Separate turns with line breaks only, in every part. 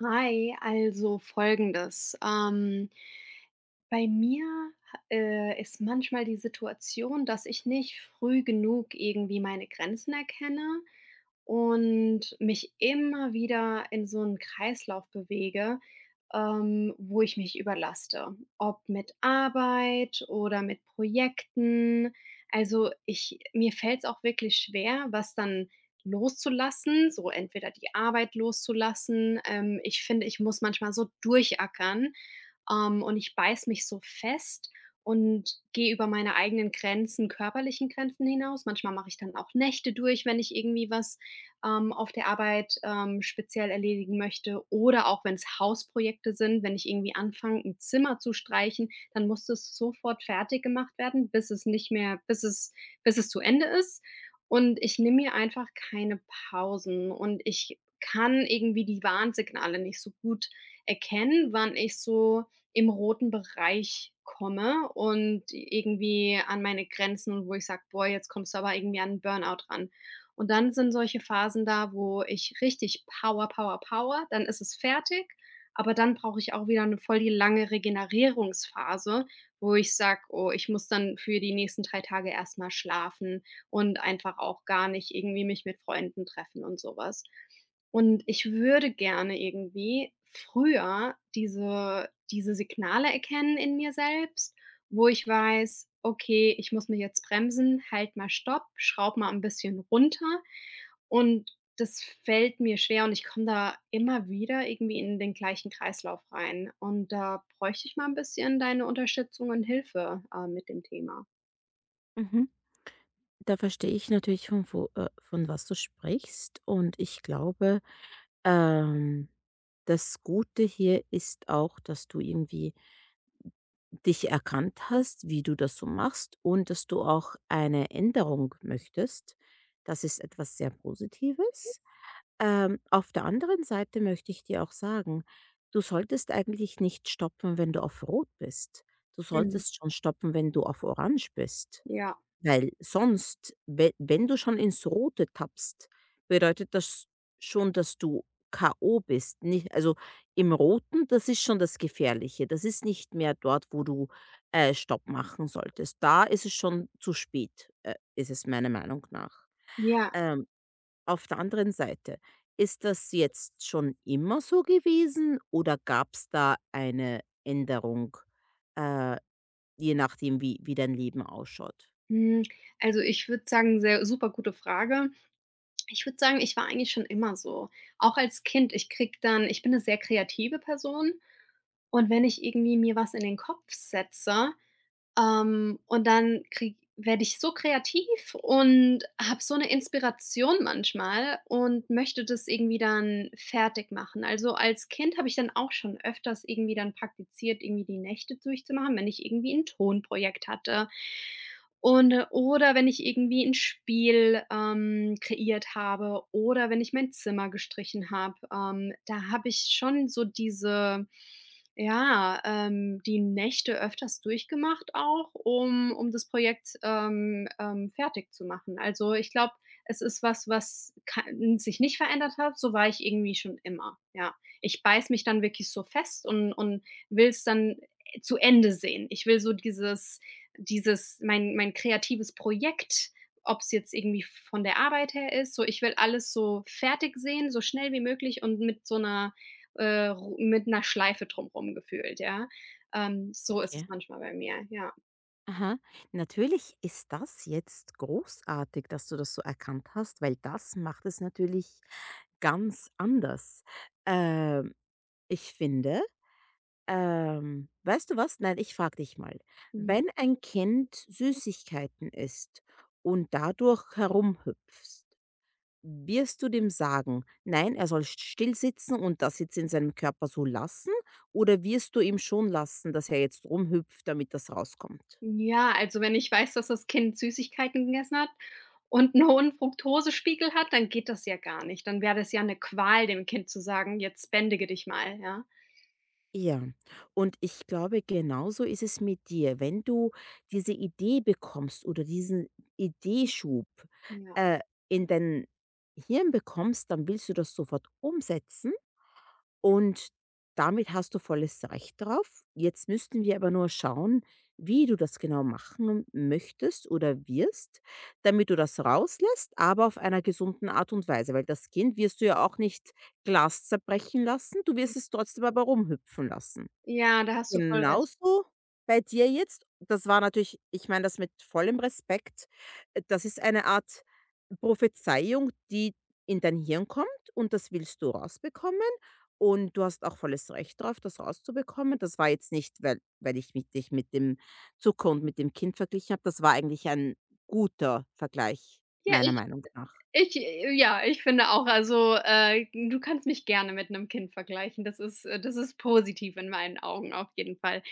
Hi, also Folgendes. Bei mir, ist manchmal die Situation, dass ich nicht früh genug irgendwie meine Grenzen erkenne und mich immer wieder in so einen Kreislauf bewege, wo ich mich überlaste, ob mit Arbeit oder mit Projekten. Also, ich mir fällt es auch wirklich schwer, was dann loszulassen, so entweder die Arbeit loszulassen. Ich finde, ich muss manchmal so durchackern, und ich beiß mich so fest und gehe über meine eigenen Grenzen, körperlichen Grenzen hinaus. Manchmal mache ich dann auch Nächte durch, wenn ich irgendwie was auf der Arbeit speziell erledigen möchte. Oder auch wenn es Hausprojekte sind, wenn ich irgendwie anfange, ein Zimmer zu streichen, dann muss es sofort fertig gemacht werden, bis es nicht mehr, bis es zu Ende ist. Und ich nehme mir einfach keine Pausen und ich kann irgendwie die Warnsignale nicht so gut erkennen, wann ich so im roten Bereich komme und irgendwie an meine Grenzen und wo ich sage: „Boah, jetzt kommst du aber irgendwie an 'n Burnout ran.“ Und dann sind solche Phasen da, wo ich richtig Power, Power, Power, dann ist es fertig, aber dann brauche ich auch wieder eine voll die lange Regenerierungsphase, wo ich sage: „Oh, ich muss dann für die nächsten 3 Tage erstmal schlafen und einfach auch gar nicht irgendwie mich mit Freunden treffen“ und sowas und ich würde gerne irgendwie früher diese Signale erkennen in mir selbst, wo ich weiß: „Okay, ich muss mich jetzt bremsen, halt mal Stopp, schraub mal ein bisschen runter.“ Und das fällt mir schwer und ich komme da immer wieder irgendwie in den gleichen Kreislauf rein. Und da bräuchte ich mal ein bisschen deine Unterstützung und Hilfe, mit dem Thema.
Mhm. Da verstehe ich natürlich, von wo von was du sprichst. Und ich glaube, ähm, das Gute hier ist auch, dass du irgendwie dich erkannt hast, wie du das so machst und dass du auch eine Änderung möchtest. Das ist etwas sehr Positives. Auf der anderen Seite möchte ich dir auch sagen, du solltest eigentlich nicht stoppen, wenn du auf Rot bist. Du
Mhm,
solltest schon stoppen, wenn du auf Orange bist.
ja,
Weil sonst, we wenn du schon ins Rote tappst, bedeutet das schon, dass du K.O. bist. Nicht also, im Roten, das ist schon das Gefährliche. Das ist nicht mehr dort, wo du, Stopp machen solltest. Da ist es schon zu spät, ist es meiner Meinung nach.
ja.
Ähm, auf der anderen Seite, ist das jetzt schon immer so gewesen oder gab es da eine Änderung, äh, je nachdem, wie dein Leben ausschaut.
Hm, also, ich würde sagen, sehr super gute Frage. Ich würde sagen, ich war eigentlich schon immer so. Auch als Kind, ich krieg dann ich bin eine sehr kreative Person und wenn ich irgendwie mir was in den Kopf setze, und dann krieg werde ich so kreativ und habe so eine Inspiration manchmal und möchte das irgendwie dann fertig machen. Also, als Kind habe ich dann auch schon öfters irgendwie dann praktiziert, irgendwie die Nächte durchzumachen, wenn ich irgendwie ein Tonprojekt hatte und oder wenn ich irgendwie ein Spiel, kreiert habe oder wenn ich mein Zimmer gestrichen habe. Da habe ich schon die Nächte öfters durchgemacht auch, um das Projekt, fertig zu machen. Also, ich glaube, es ist was, was ka sich nicht verändert hat, so war ich irgendwie schon immer, ja. Ich beiß mich dann wirklich so fest und will es dann zu Ende sehen. Ich will so dieses mein kreatives Projekt, ob es jetzt irgendwie von der Arbeit her ist, so ich will alles so fertig sehen, so schnell wie möglich und mit so einer ru mit einer Schleife drumrum gefühlt, ja. So ist es
Okay.
manchmal bei mir, ja.
Aha. Natürlich ist das jetzt großartig, dass du das so erkannt hast, weil das macht es natürlich ganz anders. Ähm, ich finde weißt du was? Nein, ich frage dich mal.
Mhm.
Wenn ein Kind Süßigkeiten isst und dadurch herumhüpfst, wirst du dem sagen, nein, er soll still sitzen und das jetzt in seinem Körper so lassen? Oder wirst du ihm schon lassen, dass er jetzt rumhüpft, damit das rauskommt?
Ja, also, wenn ich weiß, dass das Kind Süßigkeiten gegessen hat und einen hohen Fructosespiegel hat, dann geht das ja gar nicht. Dann wäre das ja eine Qual, dem Kind zu sagen: „Jetzt bändige dich mal“, ja?
Ja, und ich glaube, genauso ist es mit dir. Wenn du diese Idee bekommst oder diesen Ideeschub
Ja.
äh, in dein Hirn bekommst, dann willst du das sofort umsetzen und damit hast du volles Recht drauf. Jetzt müssten wir aber nur schauen, wie du das genau machen möchtest oder wirst, damit du das rauslässt, aber auf einer gesunden Art und Weise, weil das Kind wirst du ja auch nicht Glas zerbrechen lassen, du wirst es trotzdem aber rumhüpfen lassen.
Ja, da hast du voll recht.
Genauso bei dir jetzt. Das war natürlich, ich meine das mit vollem Respekt. Das ist eine Art Prophezeiung, die in dein Hirn kommt und das willst du rausbekommen und du hast auch volles Recht darauf, das rauszubekommen. Das war jetzt nicht, weil ich mich dich mit dem Zucker und mit dem Kind verglichen habe. Das war eigentlich ein guter Vergleich
Ja,
meiner Meinung nach.
ich finde auch, also, du kannst mich gerne mit einem Kind vergleichen. Das ist positiv in meinen Augen auf jeden Fall.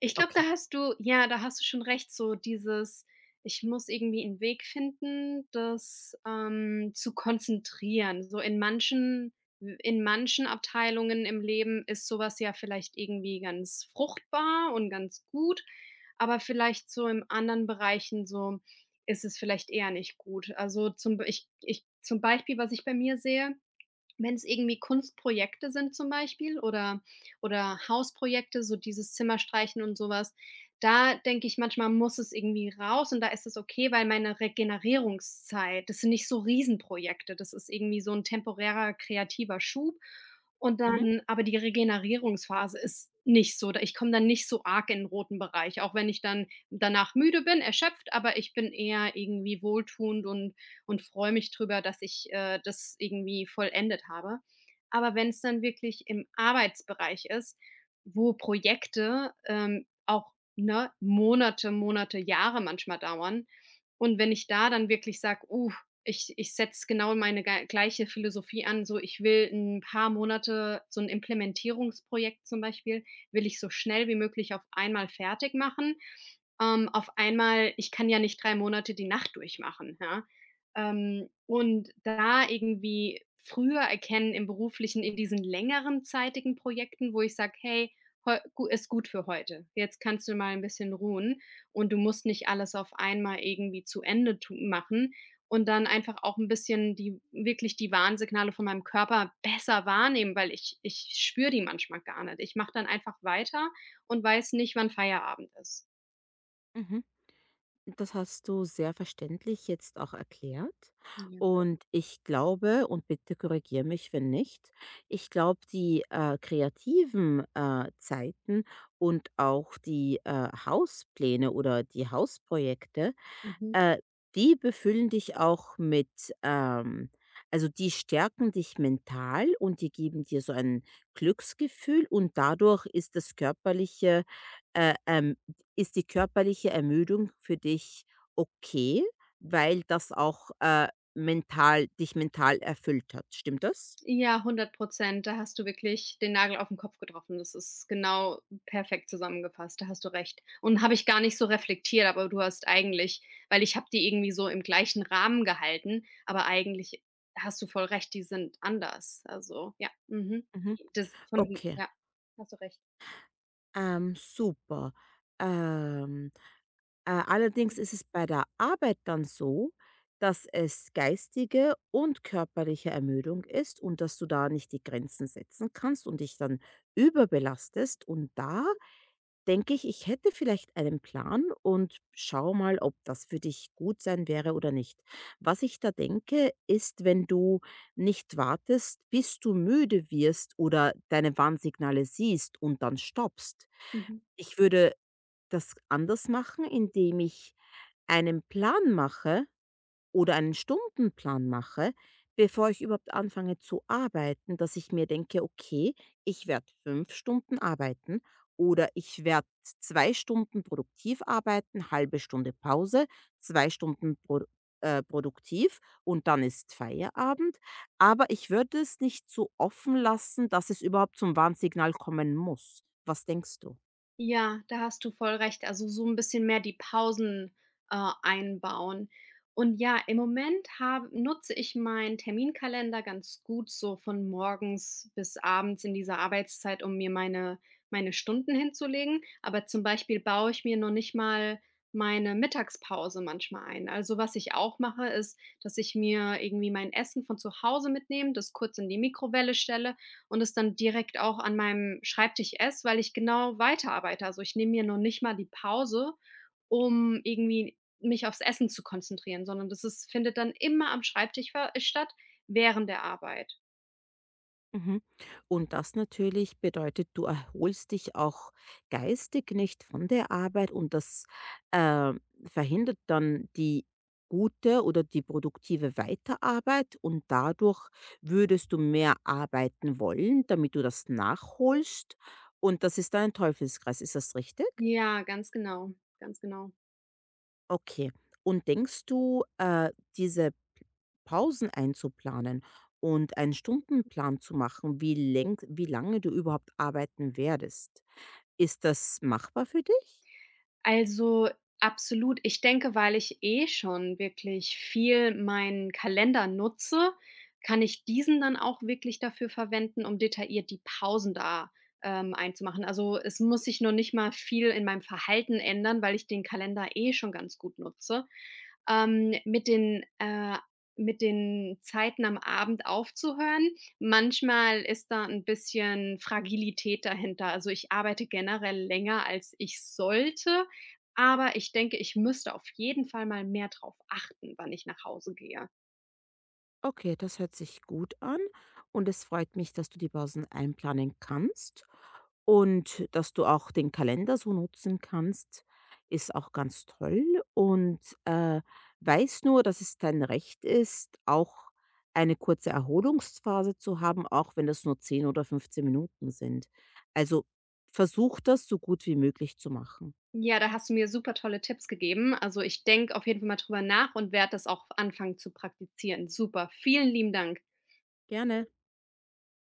Ich glaube,
Okay.
da hast du schon recht, so dieses ich muss irgendwie einen Weg finden, das, zu konzentrieren. So in manchen Abteilungen im Leben ist sowas ja vielleicht irgendwie ganz fruchtbar und ganz gut, aber vielleicht so in anderen Bereichen so ist es vielleicht eher nicht gut. Also, zum Beispiel, was ich bei mir sehe wenn es irgendwie Kunstprojekte sind zum Beispiel oder Hausprojekte, so dieses Zimmer streichen und sowas, da denke ich manchmal, muss es irgendwie raus und da ist es okay, weil meine Regenerierungszeit das sind nicht so Riesenprojekte. Das ist irgendwie so ein temporärer kreativer Schub und
Mhm,
dann aber die Regenerierungsphase ist nicht so, da ich komme dann nicht so arg in den roten Bereich, auch wenn ich dann danach müde bin, erschöpft, aber ich bin eher irgendwie wohltuend und freue mich drüber, dass ich, das irgendwie vollendet habe. Aber wenn es dann wirklich im Arbeitsbereich ist, wo Projekte, auch, ne, Monate, Monate, Jahre manchmal dauern und wenn ich da dann wirklich sage: ich setze genau meine gei gleiche Philosophie an, so ich will ein paar Monate so ein Implementierungsprojekt zum Beispiel will ich so schnell wie möglich auf einmal fertig machen.“ Auf einmal ich kann ja nicht 3 Monate die Nacht durchmachen, ja? Und da irgendwie früher erkennen im Beruflichen, in diesen längeren zeitigen Projekten, wo ich sage: „Hey, heu gu ist gut für heute. Jetzt kannst du mal ein bisschen ruhen und du musst nicht alles auf einmal irgendwie zu Ende tu machen.“ Und dann einfach auch ein bisschen die wirklich die Warnsignale von meinem Körper besser wahrnehmen, weil ich spüre die manchmal gar nicht. Ich mache dann einfach weiter und weiß nicht, wann Feierabend ist.
mhm. Das hast du sehr verständlich jetzt auch erklärt.
Ja,
Und ich glaube, und bitte korrigiere mich, wenn nicht, ich glaube, die kreativen Zeiten und auch die Hauspläne oder die Hausprojekte,
mhm.
äh, die befüllen dich auch mit, ähm also, die stärken dich mental und die geben dir so ein Glücksgefühl und dadurch ist äh, ähm ist die körperliche Ermüdung für dich okay, weil das auch, mental dich mental erfüllt hat. Stimmt das?
Ja, 100%. Da hast du wirklich den Nagel auf den Kopf getroffen. Das ist genau perfekt zusammengefasst. Da hast du recht. Und habe ich gar nicht so reflektiert, aber du hast eigentlich weil ich habe die irgendwie so im gleichen Rahmen gehalten, aber eigentlich hast du voll recht, die sind anders. Also, ja, mhm.
Mhm. Okay,
Hast du recht.
super. Ähm, allerdings ist es bei der Arbeit dann so, dass es geistige und körperliche Ermüdung ist und dass du da nicht die Grenzen setzen kannst und dich dann überbelastest und da denke ich, ich hätte vielleicht einen Plan und schau mal, ob das für dich gut sein wäre oder nicht. Was ich da denke, ist, wenn du nicht wartest, bis du müde wirst oder deine Warnsignale siehst und dann stoppst.
Mhm.
Ich würde das anders machen, indem ich einen Plan mache, oder einen Stundenplan mache, bevor ich überhaupt anfange zu arbeiten, dass ich mir denke, okay, ich werde 5 Stunden arbeiten oder ich werde 2 Stunden produktiv arbeiten, halbe Stunde Pause, 2 Stunden produktiv und dann ist Feierabend. Aber ich würde es nicht so offen lassen, dass es überhaupt zum Warnsignal kommen muss. Was denkst du?
Ja, da hast du voll recht. Also so ein bisschen mehr die Pausen, einbauen. Und ja, im Moment habe nutze ich meinen Terminkalender ganz gut so von morgens bis abends in dieser Arbeitszeit, um mir meine Stunden hinzulegen. Aber zum Beispiel baue ich mir noch nicht mal meine Mittagspause manchmal ein. Also, was ich auch mache, ist, dass ich mir irgendwie mein Essen von zu Hause mitnehme, das kurz in die Mikrowelle stelle und es dann direkt auch an meinem Schreibtisch esse, weil ich genau weiterarbeite. Also, ich nehme mir noch nicht mal die Pause, um irgendwie mich aufs Essen zu konzentrieren, sondern das ist findet dann immer am Schreibtisch ver statt, während der Arbeit.
Mhm. Und das natürlich bedeutet, du erholst dich auch geistig nicht von der Arbeit und das äh, verhindert dann die gute oder die produktive Weiterarbeit und dadurch würdest du mehr arbeiten wollen, damit du das nachholst und das ist dann ein Teufelskreis. Ist das richtig?
Ja, ganz genau, ganz genau.
Okay. Und denkst du, diese Pausen einzuplanen und einen Stundenplan zu machen, wie lenk wie lange du überhaupt arbeiten werdest. Ist das machbar für dich?
Also, absolut. Ich denke, weil ich eh schon wirklich viel meinen Kalender nutze, kann ich diesen dann auch wirklich dafür verwenden, um detailliert die Pausen da, einzumachen. Also, es muss sich noch nicht mal viel in meinem Verhalten ändern, weil ich den Kalender eh schon ganz gut nutze. Ähm, mit den äh, mit den Zeiten am Abend aufzuhören. Manchmal ist da ein bisschen Fragilität dahinter. Also, ich arbeite generell länger, als ich sollte aber ich denke, ich müsste auf jeden Fall mal mehr drauf achten, wann ich nach Hause gehe.
Okay, das hört sich gut an und es freut mich, dass du die Pausen einplanen kannst und dass du auch den Kalender so nutzen kannst, ist auch ganz toll und weiß nur, dass es dein Recht ist, auch eine kurze Erholungsphase zu haben, auch wenn das nur 10 oder 15 Minuten sind. Also versuch das so gut wie möglich zu machen.
Ja, da hast du mir super tolle Tipps gegeben. Also, ich denke auf jeden Fall mal drüber nach und werde das auch anfangen zu praktizieren. Super, vielen lieben Dank.
Gerne.